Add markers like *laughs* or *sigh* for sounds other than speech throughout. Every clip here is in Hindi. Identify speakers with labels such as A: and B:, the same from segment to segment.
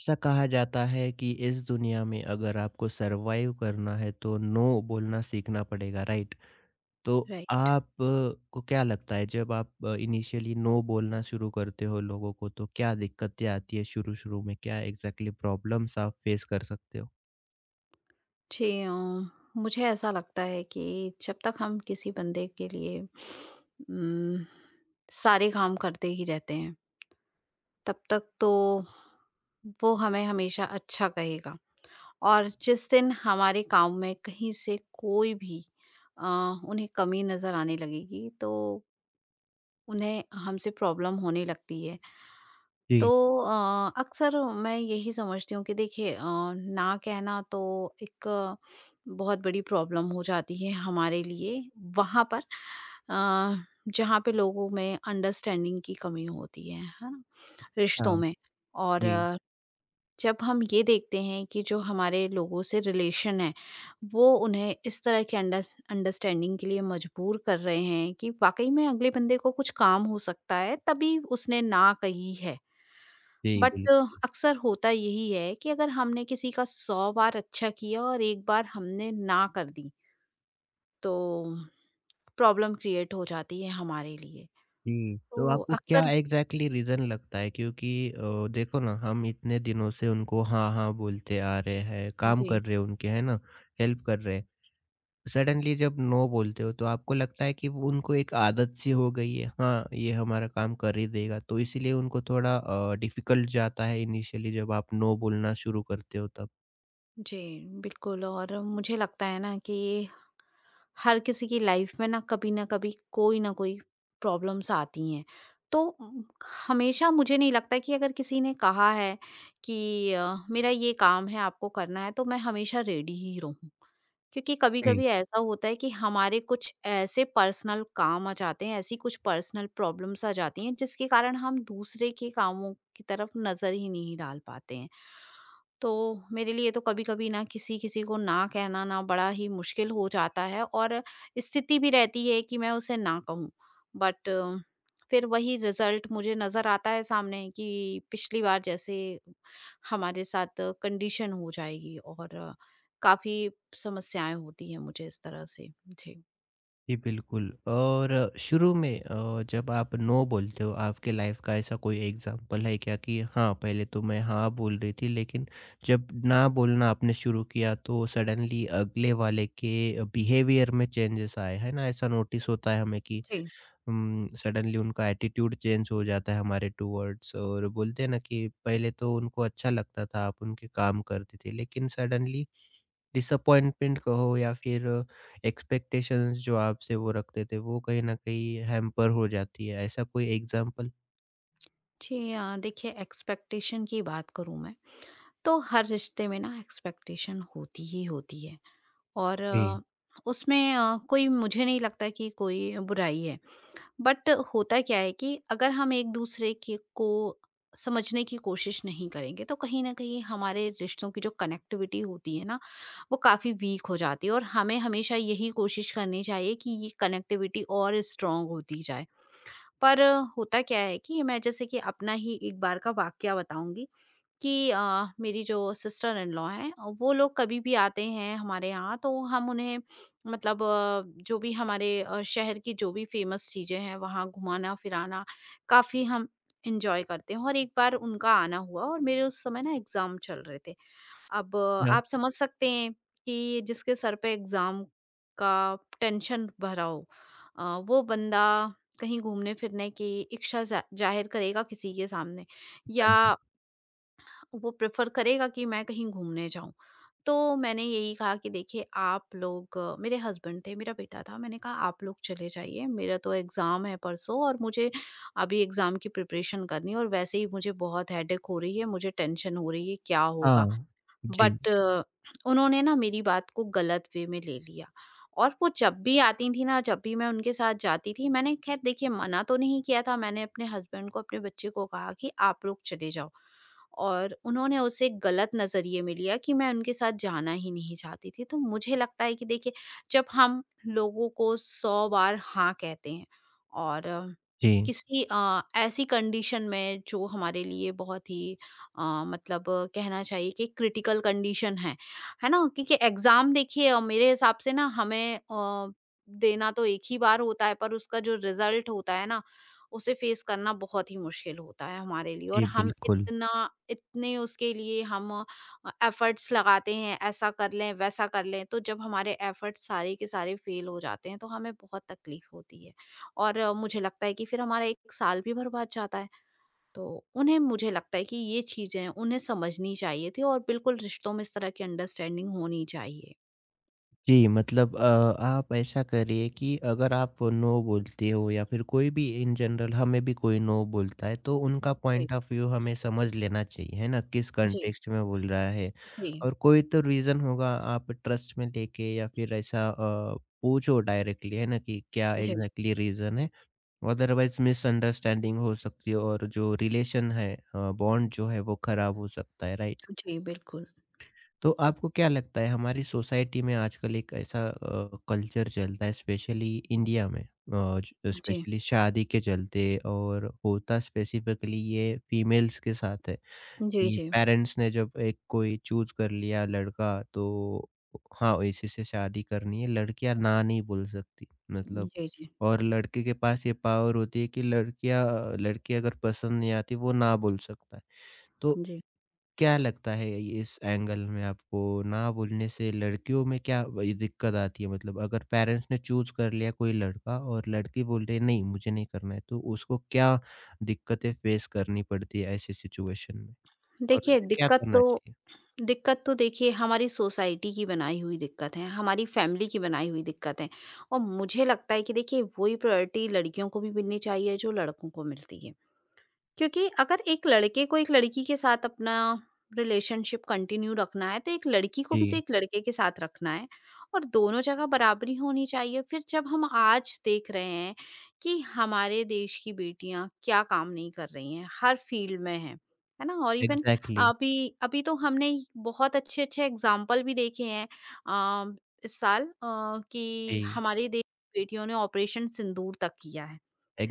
A: ऐसा कहा जाता है कि इस दुनिया में अगर आपको सरवाइव करना है तो नो बोलना सीखना पड़ेगा, राइट। तो
B: राइट।
A: आप को क्या लगता है जब आप इनिशियली नो बोलना शुरू करते हो लोगों को तो क्या दिक्कतें आती है शुरू शुरू में क्या एग्जैक्टली प्रॉब्लम्स आप फेस कर सकते हो?
B: जी। मुझे ऐसा लगता है कि जब तक हम किसी बंदे के लिए सारे काम करते ही रहते हैं तब तक तो वो हमें हमेशा अच्छा कहेगा। और जिस दिन हमारे काम में कहीं से कोई भी अ, उन्हें कमी नज़र आने लगेगी तो उन्हें हमसे प्रॉब्लम होने लगती है। तो
A: जी।
B: अक्सर मैं यही समझती हूँ कि देखिए ना कहना तो एक बहुत बड़ी प्रॉब्लम हो जाती है हमारे लिए वहाँ पर, अ, जहाँ पे लोगों में अंडरस्टैंडिंग की कमी होती है ना? रिश्तों
A: हाँ।
B: में। और
A: जी।
B: जब हम ये देखते हैं कि जो हमारे लोगों से रिलेशन है वो उन्हें इस तरह के अंडरस्टैंडिंग के लिए मजबूर कर रहे हैं कि वाकई में अगले बंदे को कुछ काम हो सकता है तभी उसने ना कही है।
A: जी,
B: बट
A: बिल्कुल।
B: अक्सर होता यही है कि अगर हमने किसी का 100 बार अच्छा किया और एक बार हमने ना कर दी, तो प्रॉब्लम क्रिएट हो जाती है हमारे लिए।
A: जी, तो
B: तो
A: आपको क्या
B: अक्सर,
A: एग्जैक्टली रीजन लगता है क्योंकि देखो ना, हम इतने दिनों से उनको हाँ हाँ बोलते आ रहे हैं, काम
B: जी।
A: कर रहे हैं उनके, है ना, हेल्प कर रहे हैं। सडनली जब नो बोलते हो तो आपको लगता है कि वो उनको एक आदत सी हो गई है, हाँ ये हमारा काम कर ही देगा, तो इसीलिए उनको थोड़ा डिफिकल्ट जाता है इनिशियली जब आप नो बोलना शुरू करते हो तब।
B: जी, बिल्कुल। और मुझे लगता है ना कि हर किसी की लाइफ में ना कभी कोई ना कोई प्रॉब्लम्स आती हैं। तो हमेशा मुझे नहीं लगता कि अगर किसी ने कहा है कि मेरा ये काम है आपको करना है, तो मैं हमेशा रेडी ही रहूँ। क्योंकि
A: जी।
B: कभी-कभी ऐसा होता है कि हमारे कुछ ऐसे पर्सनल काम आ जाते हैं, ऐसी कुछ पर्सनल प्रॉब्लम्स आ जाती हैं जिसके कारण हम दूसरे के कामों की तरफ नज़र ही नहीं डाल पाते हैं। तो मेरे लिए तो कभी-कभी ना किसी-किसी को ना कहना ना बड़ा ही मुश्किल हो जाता है और स्थिति भी रहती है कि मैं उसे ना कहूँ। बट फिर वही रिज़ल्ट मुझे नज़र आता है सामने कि पिछली बार जैसे हमारे साथ कंडीशन हो जाएगी और काफ़ी समस्याएँ होती हैं मुझे इस तरह से। जी।
A: जी, बिल्कुल। और शुरू में जब आप नो बोलते हो, आपके लाइफ का ऐसा कोई एग्जांपल है क्या कि हाँ पहले तो मैं हाँ बोल रही थी लेकिन जब ना बोलना आपने शुरू किया तो सडनली अगले वाले के बिहेवियर में चेंजेस आए, है ना? ऐसा नोटिस होता है हमें कि
B: जी।
A: सडनली उनका एटीट्यूड चेंज हो जाता है हमारे टुवर्ड्स, और बोलते हैं ना कि पहले तो उनको अच्छा लगता था, आप उनके काम करते थे, लेकिन सडनली डिसअपॉइंटमेंट कहो या फिर एक्सपेक्टेशंस जो आपसे वो रखते थे, वो कहीं न कहीं हैम्पर हो जाती है। ऐसा कोई एग्ज़ाम्पल?
B: जी, देखिए, एक्सपेक्टेशन की बात करूँ मैं, तो हर रिश्ते में ना एक्सपेक्टेशन होती ही होती है और
A: जी।
B: उसमें कोई मुझे नहीं लगता कि कोई बुराई है। बट होता क्या है कि अगर हम एक दूसरे के को समझने की कोशिश नहीं करेंगे तो कहीं ना कहीं हमारे रिश्तों की जो कनेक्टिविटी होती है ना वो काफ़ी वीक हो जाती है और हमें हमेशा यही कोशिश करनी चाहिए कि ये कनेक्टिविटी और स्ट्रांग होती जाए। पर होता क्या है कि मैं जैसे कि अपना ही एक बार का वाक्य बताऊंगी कि मेरी जो सिस्टर इन लॉ हैं वो लोग कभी भी आते हैं हमारे यहाँ तो हम उन्हें मतलब जो भी हमारे शहर की जो भी फेमस चीज़ें हैं वहाँ घुमाना फिराना काफ़ी हम इंजॉय करते हैं। और एक बार उनका आना हुआ और मेरे उस समय ना एग्ज़ाम चल रहे थे। अब
A: या
B: आप समझ सकते हैं कि जिसके सर पे एग्ज़ाम का टेंशन भरा हो, वो बंदा कहीं घूमने फिरने की इच्छा ज़ाहिर करेगा किसी के सामने, या
A: बताइए?
B: वो प्रेफ़र करेगा कि मैं कहीं घूमने जाऊँ। तो मैंने यही कहा कि देखिए आप लोग, मेरे हस्बैंड थे, मेरा बेटा था, मैंने कहा आप लोग चले जाइए, मेरा तो एग्ज़ाम है परसों और मुझे अभी एग्ज़ाम की प्रिपरेशन करनी है और वैसे ही मुझे बहुत हेडेक हो रही है, मुझे टेंशन हो रही है, क्या होगा?
A: हाँ। जी,
B: बट उन्होंने ना मेरी बात को गलत वे में ले लिया, और वो जब भी आती थी ना जब भी मैं उनके साथ जाती थी मैंने खैर देखिए मना तो नहीं किया था, मैंने अपने हस्बैंड को अपने बच्चे को कहा कि आप लोग चले जाओ, और उन्होंने उसे गलत नज़रिए में लिया कि मैं उनके साथ जाना ही नहीं चाहती थी। तो मुझे लगता है कि देखिए जब हम लोगों को सौ बार हाँ कहते हैं और
A: जी।
B: किसी ऐसी कंडीशन में जो हमारे लिए बहुत ही मतलब कहना चाहिए कि क्रिटिकल कंडीशन है ना? क्योंकि एग्ज़ाम देखिए मेरे हिसाब से ना हमें देना तो एक ही बार होता है पर उसका जो रिज़ल्ट होता है ना, उसे फ़ेस करना बहुत ही मुश्किल होता है हमारे लिए और
A: जी,
B: हम
A: बिल्कुल।
B: इतना इतने उसके लिए हम एफ़र्ट्स लगाते हैं, ऐसा कर लें, वैसा कर लें, तो जब हमारे एफ़र्ट्स सारे के सारे फ़ेल हो जाते हैं, तो हमें बहुत तकलीफ़ होती है और मुझे लगता है कि फिर हमारा 1 साल भी बर्बाद जाता है। तो उन्हें मुझे लगता है कि ये चीज़ें उन्हें समझनी चाहिए थी और बिल्कुल रिश्तों में इस तरह की अंडरस्टैंडिंग होनी चाहिए।
A: जी, मतलब आप ऐसा करिए कि अगर आप नो बोलते हो या फिर कोई भी इन जनरल हमें भी कोई नो बोलता है तो उनका
B: जी।
A: पॉइंट ऑफ व्यू हमें समझ लेना चाहिए, है ना? किस
B: जी,
A: कॉन्टेक्स्ट में बोल रहा है
B: जी,
A: और कोई तो रीज़न होगा, आप ट्रस्ट में लेके या फिर ऐसा पूछो डायरेक्टली, है ना? कि क्या
B: जी,
A: एग्ज़ैक्टली रीज़न है? अदरवाइज़ मिसअंडरस्टैंडिंग हो सकती है और जो रिलेशन है, बॉन्ड जो है वो खराब हो सकता है, राइट?
B: जी, बिल्कुल।
A: तो आपको क्या लगता है हमारी सोसाइटी में आजकल एक ऐसा कल्चर चलता है स्पेशली इंडिया में,
B: जी,
A: स्पेशली शादी के चलते, और होता स्पेसिफिकली ये फीमेल्स के साथ है
B: जी,
A: कि
B: जी।
A: पेरेंट्स ने जब एक कोई चूज कर लिया लड़का तो हाँ इसी से शादी करनी है, लड़कियां ना नहीं बोल सकती, मतलब
B: जी, जी,
A: और लड़के के पास ये पावर होती है कि लड़कियां लड़की अगर पसंद नहीं आती वो ना बोल सकता है। तो
B: जी।
A: क्या लगता है, ये इस एंगल में आपको ना बोलने से लड़कियों में क्या ये दिक्कत आती है, मतलब अगर पेरेंट्स ने चूज कर लिया कोई लड़का और लड़की बोल रही है नहीं मुझे नहीं करना है, तो उसको क्या दिक्कतें फेस करनी पड़ती है ऐसी सिचुएशन में, और
B: देखिए
A: उसने क्या करना चाहिए?
B: दिक्कत तो देखिए हमारी सोसाइटी की बनाई हुई दिक्कत है, हमारी फैमिली की बनाई हुई दिक्कत है। और मुझे लगता है कि देखिए वही प्रायोरिटी लड़कियों को भी मिलनी चाहिए जो लड़कों को मिलती है। क्योंकि अगर एक लड़के को एक लड़की के साथ अपना रिलेशनशिप कंटिन्यू रखना है, तो एक लड़की को भी तो
A: जी,
B: एक लड़के के साथ रखना है और दोनों जगह बराबरी होनी चाहिए। फिर जब हम आज देख रहे हैं कि हमारे देश की बेटियाँ क्या काम नहीं कर रही हैं, हर फील्ड में हैं, है ना? और इवन
A: एग्ज़ैक्टली।
B: अभी अभी तो हमने बहुत अच्छे-अच्छे एग्ज़ाम्पल भी देखे हैं, अ, इस साल, कि
A: जी,
B: हमारे देश की बेटियों ने ऑपरेशन सिंदूर तक किया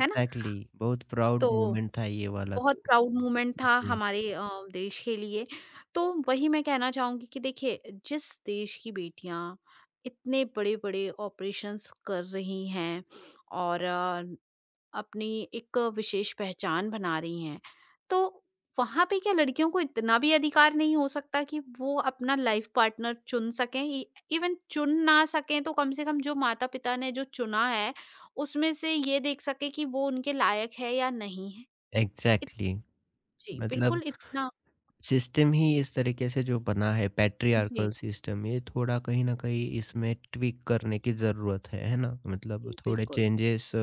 B: है ना?
A: बहुत प्राउड
B: तो
A: मोमेंट था ये वाला
B: बहुत
A: तो।
B: प्राउड मोमेंट था
A: जी,
B: हमारे, देश के लिए। तो वही मैं कहना चाहूँगी कि देखिए, जिस देश की बेटियाँ इतने बड़े-बड़े ऑपरेशंस कर रही हैं और अपनी एक विशेष पहचान बना रही हैं, तो वहाँ पे क्या लड़कियों को इतना भी अधिकार नहीं हो सकता कि वो अपना लाइफ पार्टनर चुन सकें? इ इवन चुन ना सकें तो कम से कम जो माता-पिता ने जो चुना है, उसमें से ये देख सकें कि वो उनके लायक है या नहीं है? इत
A: एग्ज़ैक्टली,
B: जी,
A: मतलब
B: बिल्कुल इतना।
A: सिस्टम ही इस तरीके से जो बना है,
B: जी,
A: पैट्रियार्कल सिस्टम, ये थोड़ा कहीं न कहीं इसमें ट्विक करने की ज़रूरत है ना? मतलब
B: जी,
A: थोड़े
B: बिल्कुल।
A: चेंजेस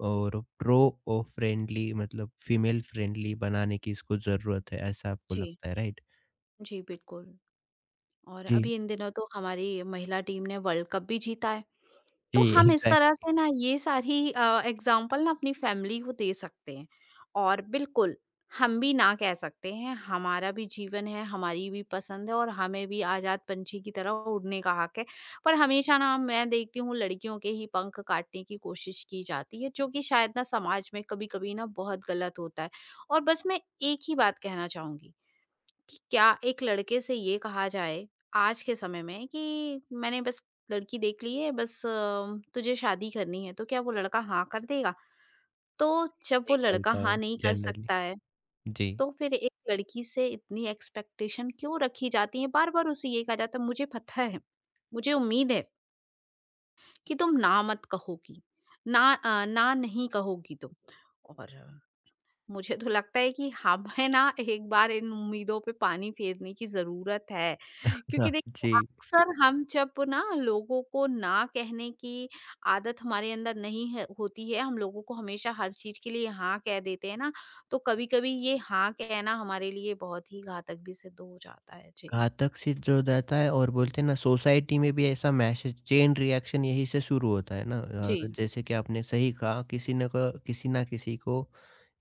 A: और फ्रेंडली, मतलब फीमेल फ्रेंडली बनाने की इसको ज़रूरत है, ऐसा आपको
B: जी,
A: लगता है, राइट?
B: जी, बिल्कुल। और
A: जी,
B: अभी इन दिनों तो हमारी महिला टीम ने वर्ल्ड कप भी जीता है।
A: जी।
B: तो
A: *laughs*
B: हम इस
A: एग्ज़ैक्ट।
B: तरह से ना ये सारी एग्ज़ाम्पल ना अपनी फैमिली को दे सकते हैं। और बिल्कुल हम भी ना कह सकते हैं, हमारा भी जीवन है, हमारी भी पसंद है और हमें भी आज़ाद पंछी की तरह उड़ने का हक है। पर हमेशा ना मैं देखती हूँ लड़कियों के ही पंख काटने की कोशिश की जाती है, जो कि शायद ना समाज में कभी-कभी ना बहुत गलत होता है। और बस मैं एक ही बात कहना चाहूँगी कि क्या एक लड़के से ये कहा जाए आज के समय में कि मैंने बस लड़की देख ली है बस, तुझे शादी करनी है, तो क्या वो लड़का हाँ कर देगा? तो जब वो
A: नहीं
B: लड़का
A: करता
B: हाँ
A: हूँ
B: नहीं कर
A: जनरली।
B: सकता है
A: जी,
B: तो फिर एक लड़की से इतनी एक्सपेक्टेशन क्यों रखी जाती है? बार-बार उसे ये कहा जाता है, मुझे पता है, मुझे उम्मीद है कि तुम ना मत कहोगी, ना, ना नहीं कहोगी तुम। और मुझे तो लगता है कि हमें ना एक बार इन उम्मीदों पे पानी फेरने की ज़रूरत है। क्योंकि
A: हाँ
B: देखिए
A: जी।
B: अक्सर हम जब ना लोगों को ना कहने की आदत हमारे अंदर नहीं है होती है, हम लोगों को हमेशा हर चीज़ के लिए हाँ कह देते हैं ना, तो कभी-कभी ये हाँ कहना हमारे लिए बहुत ही घातक भी सिद्ध हो जाता है। जी।
A: घातक सिद्ध हो जाता है और बोलते हैं ना, सोसाइटी में भी ऐसा मैसेज चेन रिएक्शन यही से शुरू होता है ना, और
B: जी,
A: जैसे कि आपने सही कहा, किसी न को, किसी ना किसी को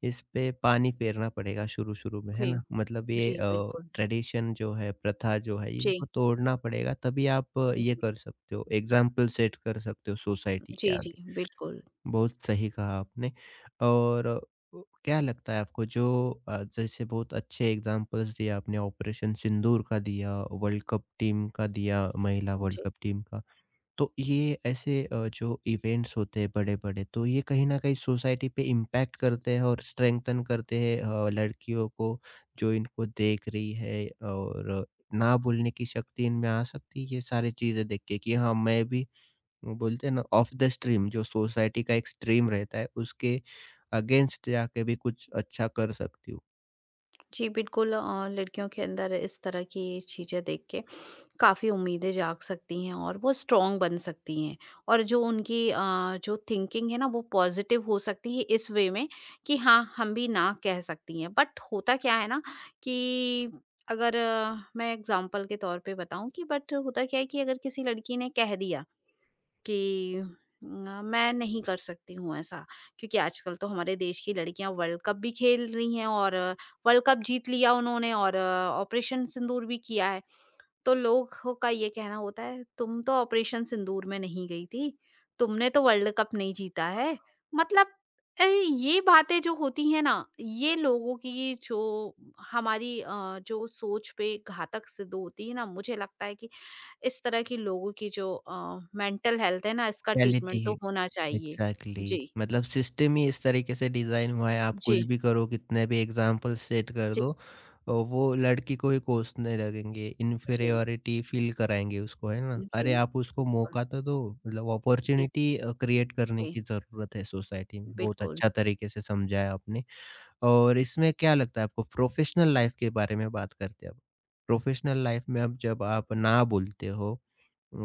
A: इस पे पानी फेरना पड़ेगा शुरू शुरू में, है
B: जी,
A: ना? मतलब ये
B: जी, बिल्कुल।
A: ट्रेडिशन जो है, प्रथा जो है, इनको
B: जी,
A: तोड़ना पड़ेगा तभी आप ये कर
B: जी,
A: सकते हो, एग्जाम्पल सेट कर सकते हो सोसाइटी के
B: जी, जी,
A: आगे।
B: बिल्कुल।
A: बहुत सही कहा आपने। और क्या लगता है आपको जो जैसे बहुत अच्छे एग्जांपल्स दिए आपने, ऑपरेशन सिंदूर का दिया, वर्ल्ड कप टीम का दिया, महिला वर्ल्ड
B: जी।
A: कप टीम का। तो ये ऐसे जो इवेंट्स होते हैं बड़े-बड़े, तो ये कहीं न कहीं सोसाइटी पे इम्पैक्ट करते हैं और स्ट्रेंथन करते हैं लड़कियों को जो इनको देख रही है, और ना बोलने की शक्ति इनमें आ सकती है ये सारी चीज़ें देख के कि हाँ, मैं भी वो बोलते हैं ना, ऑफ द स्ट्रीम, जो सोसाइटी का एक स्ट्रीम रहता है उसके अगेंस्ट जाके भी कुछ अच्छा कर सकती हो।
B: जी, बिल्कुल। लड़कियों के अंदर इस तरह की चीज़ें देख के काफ़ी उम्मीदें जाग सकती हैं और वो स्ट्रॉन्ग बन सकती हैं और जो उनकी जो थिंकिंग है ना वो पॉजिटिव हो सकती है इस वे में कि हाँ हम भी ना कह सकती हैं। बट होता क्या है ना कि अगर मैं एग्जांपल के तौर पे बताऊं कि बट होता क्या है कि अगर किसी लड़की ने कह दिया कि मैं नहीं कर सकती हूँ ऐसा क्योंकि आजकल तो हमारे देश की लड़कियां वर्ल्ड कप भी खेल रही हैं और वर्ल्ड कप जीत लिया उन्होंने और ऑपरेशन सिंदूर भी किया है", तो लोगों का ये कहना होता है, तुम तो ऑपरेशन सिंदूर में नहीं गई थी, तुमने तो वर्ल्ड कप नहीं जीता है। मतलब, ये बातें जो होती हैं ना, ये लोगों की जो हमारी, जो सोच पे घातक सिद्ध होती है ना, मुझे लगता है कि इस तरह की लोगों की जो, मेंटल हेल्थ है ना, इसका
A: रियलिटी
B: ट्रीटमेंट
A: है।
B: तो होना चाहिए।
A: एग्ज़ैक्टली,
B: जी,
A: मतलब सिस्टम ही इस तरीके से डिज़ाइन हुआ है, आप कुछ
B: जी,
A: भी करो, कितने भी एग्ज़ाम्पल सेट कर
B: जी,
A: दो, वो लड़की को ही कोसने लगेंगे, इन्फीरियॉरिटी फ़ील कराएँगे उसको, है ना?
B: जी, जी,
A: अरे आप उसको
B: बिल्कुल।
A: मौका तो दो, मतलब
B: जी, जी,
A: अपॉर्च्युनिटी क्रिएट करने की ज़रूरत है सोसाइटी में। बहुत
B: बिल्कुल।
A: अच्छा तरीके से समझाया आपने। और इसमें क्या लगता है आपको, प्रोफेशनल लाइफ के बारे में बात करते हैं अब। प्रोफेशनल लाइफ में, अब जब आप ना बोलते हो अ,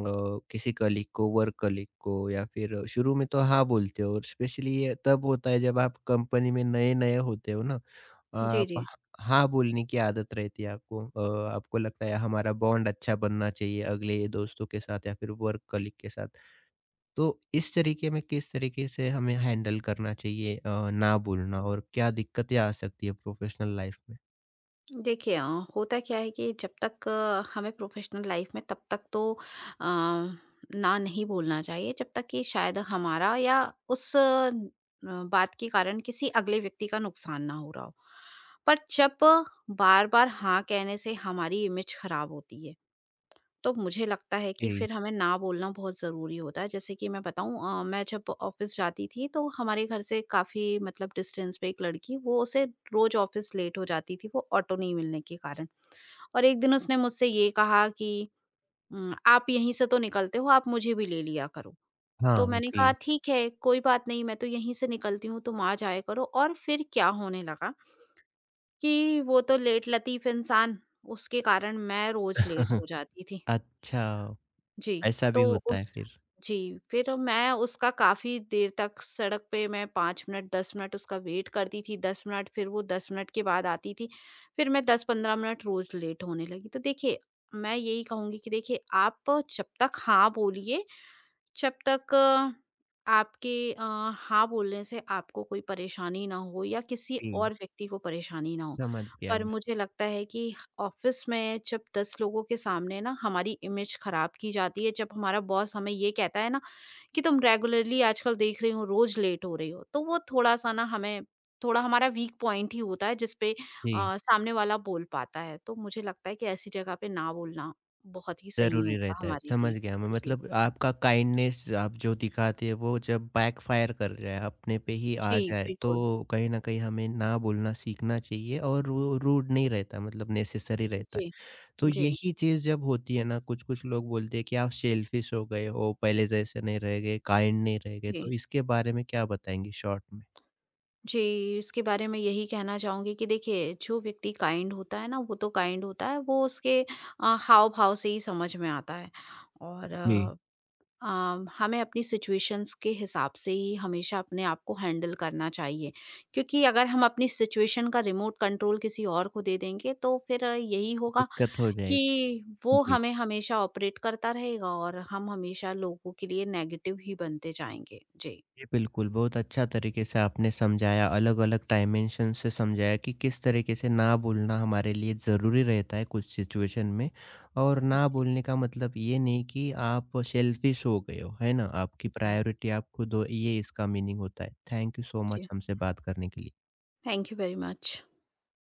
A: किसी कलीग को, वर्क कलीग को, या फिर शुरू में तो हाँ बोलते हो, और स्पेशली ये तब होता है जब आप कंपनी में नए-नए होते हो ना।
B: जी,
A: आप
B: जी।
A: ह हाँ बोलने की आदत रहती है आपको। आपको लगता है हमारा बॉन्ड अच्छा बनना चाहिए अगले दोस्तों के साथ या फिर वर्क कलीग के साथ। तो इस तरीके में किस तरीके से हमें हैंडल करना चाहिए ना बोलना, और क्या दिक्कतें आ सकती है प्रोफेशनल लाइफ में?
B: देखिए, होता क्या है कि जब तक हमें प्रोफेशनल लाइफ में तब तक तो अ, ना नहीं बोलना चाहिए जब तक कि शायद हमारा या उस, बात के कारण किसी अगले व्यक्ति का नुकसान ना हो रहा हो। पर जब बार बार हाँ कहने से हमारी इमेज खराब होती है तो मुझे लगता है कि
A: जी,
B: फिर हमें ना बोलना बहुत ज़रूरी होता है। जैसे कि मैं बताऊँ, मैं जब ऑफ़िस जाती थी तो हमारे घर से काफ़ी मतलब डिस्टेंस पे एक लड़की, वो उसे रोज़ ऑफ़िस लेट हो जाती थी वो ऑटो नहीं मिलने के कारण। और एक दिन उसने मुझसे ये कहा कि "आप यहीं से तो निकलते हो, आप मुझे भी ले लिया करो।" तो
A: हाँ
B: मैंने कहा,
A: जी।
B: "ठीक है, कोई बात नहीं, मैं तो यहीं से निकलती हूँ, तुम आ जाया करो।" और फिर क्या होने लगा कि वो तो लेट लतीफ़ इंसान, उसके कारण मैं रोज़ लेट हो
A: *laughs*
B: जाती थी।
A: अच्छा,
B: जी।
A: ऐसा
B: तो
A: भी होता है
B: उस
A: फिर।
B: जी, फिर मैं उसका काफ़ी देर तक सड़क पे मैं 5 मिनट, 10 मिनट उसका वेट करती थी, 10 मिनट, फिर वो 10 मिनट के बाद आती थी। फिर मैं 10-15 मिनट रोज़ लेट होने लगी। तो देखिए, मैं यही कहूँगी कि देखिए आप जब तक हाँ बोलिए जब तक आपके, हाँ बोलने से आपको कोई परेशानी ना हो या किसी
A: जी,
B: और व्यक्ति को परेशानी ना हो।
A: समझ गया
B: पर
A: मैं।
B: मुझे लगता है कि ऑफिस में जब 10 लोगों के सामने ना हमारी इमेज खराब की जाती है, जब हमारा बॉस हमें ये कहता है ना कि तुम रेगुलरली आजकल देख रही हो, रोज लेट हो रही हो, तो वो थोड़ा-सा ना हमें, थोड़ा हमारा वीक पॉइंट ही होता है जिस पे
A: जी,
B: सामने वाला बोल पाता है। तो मुझे लगता है कि ऐसी जगह पे ना बोलना बहुत ही सही
A: ज़रूरी
B: होगा
A: रहता है।
B: हमारे
A: समझ
B: लिए।
A: गया मैं,
B: जी।
A: मतलब आपका काइंडनेस आप जो दिखाते हैं वो जब बैकफायर कर जाए, अपने पे ही आ
B: जी,
A: जाए, तो
B: बिल्कुल।
A: कहीं न कहीं हमें ना बोलना सीखना चाहिए और वो रूड नहीं रहता, मतलब नेसेसरी रहता है।
B: जी,
A: तो
B: जी,
A: यही चीज़ जब होती है ना, कुछ-कुछ लोग बोलते हैं कि आप सेल्फिश हो गए हो, पहले जैसे नहीं रह गए, काइंड नहीं रह गए,
B: जी।
A: तो इसके बारे में क्या बताएँगे शॉर्ट में?
B: जी, इसके बारे में यही कहना चाहूँगी कि देखिए, जो व्यक्ति काइंड होता है ना, वो तो काइंड होता है, वो उसके हाव-भाव से ही समझ में आता है और
A: जी,
B: हमें अपनी सिचुएशंस के हिसाब से ही हमेशा अपने आप को हैंडल करना चाहिए क्योंकि अगर हम अपनी सिचुएशन का रिमोट कंट्रोल किसी और को दे देंगे, तो फिर, यही होगा
A: दिक्कत हो जाएगी।
B: कि वो
A: जी।
B: हमें हमेशा ऑपरेट करता रहेगा और हम हमेशा लोगों के लिए नेगेटिव ही बनते जाएँगे। जी।
A: जी, बिल्कुल, बहुत अच्छा तरीके से आपने समझाया, अलग-अलग डायमेंशन से समझाया कि किस तरीके से ना बोलना हमारे लिए ज़रूरी रहता है कुछ सिचुएशन में, और ना
B: जी,
A: बोलने का मतलब ये नहीं कि आप सेल्फिश हो गए हो, है ना? आपकी
B: जी,
A: प्रायोरिटी आप खुद हो, ये इसका मीनिंग होता है। थैंक यू सो मच
B: जी।
A: हमसे बात करने के लिए।
B: Thank you very much.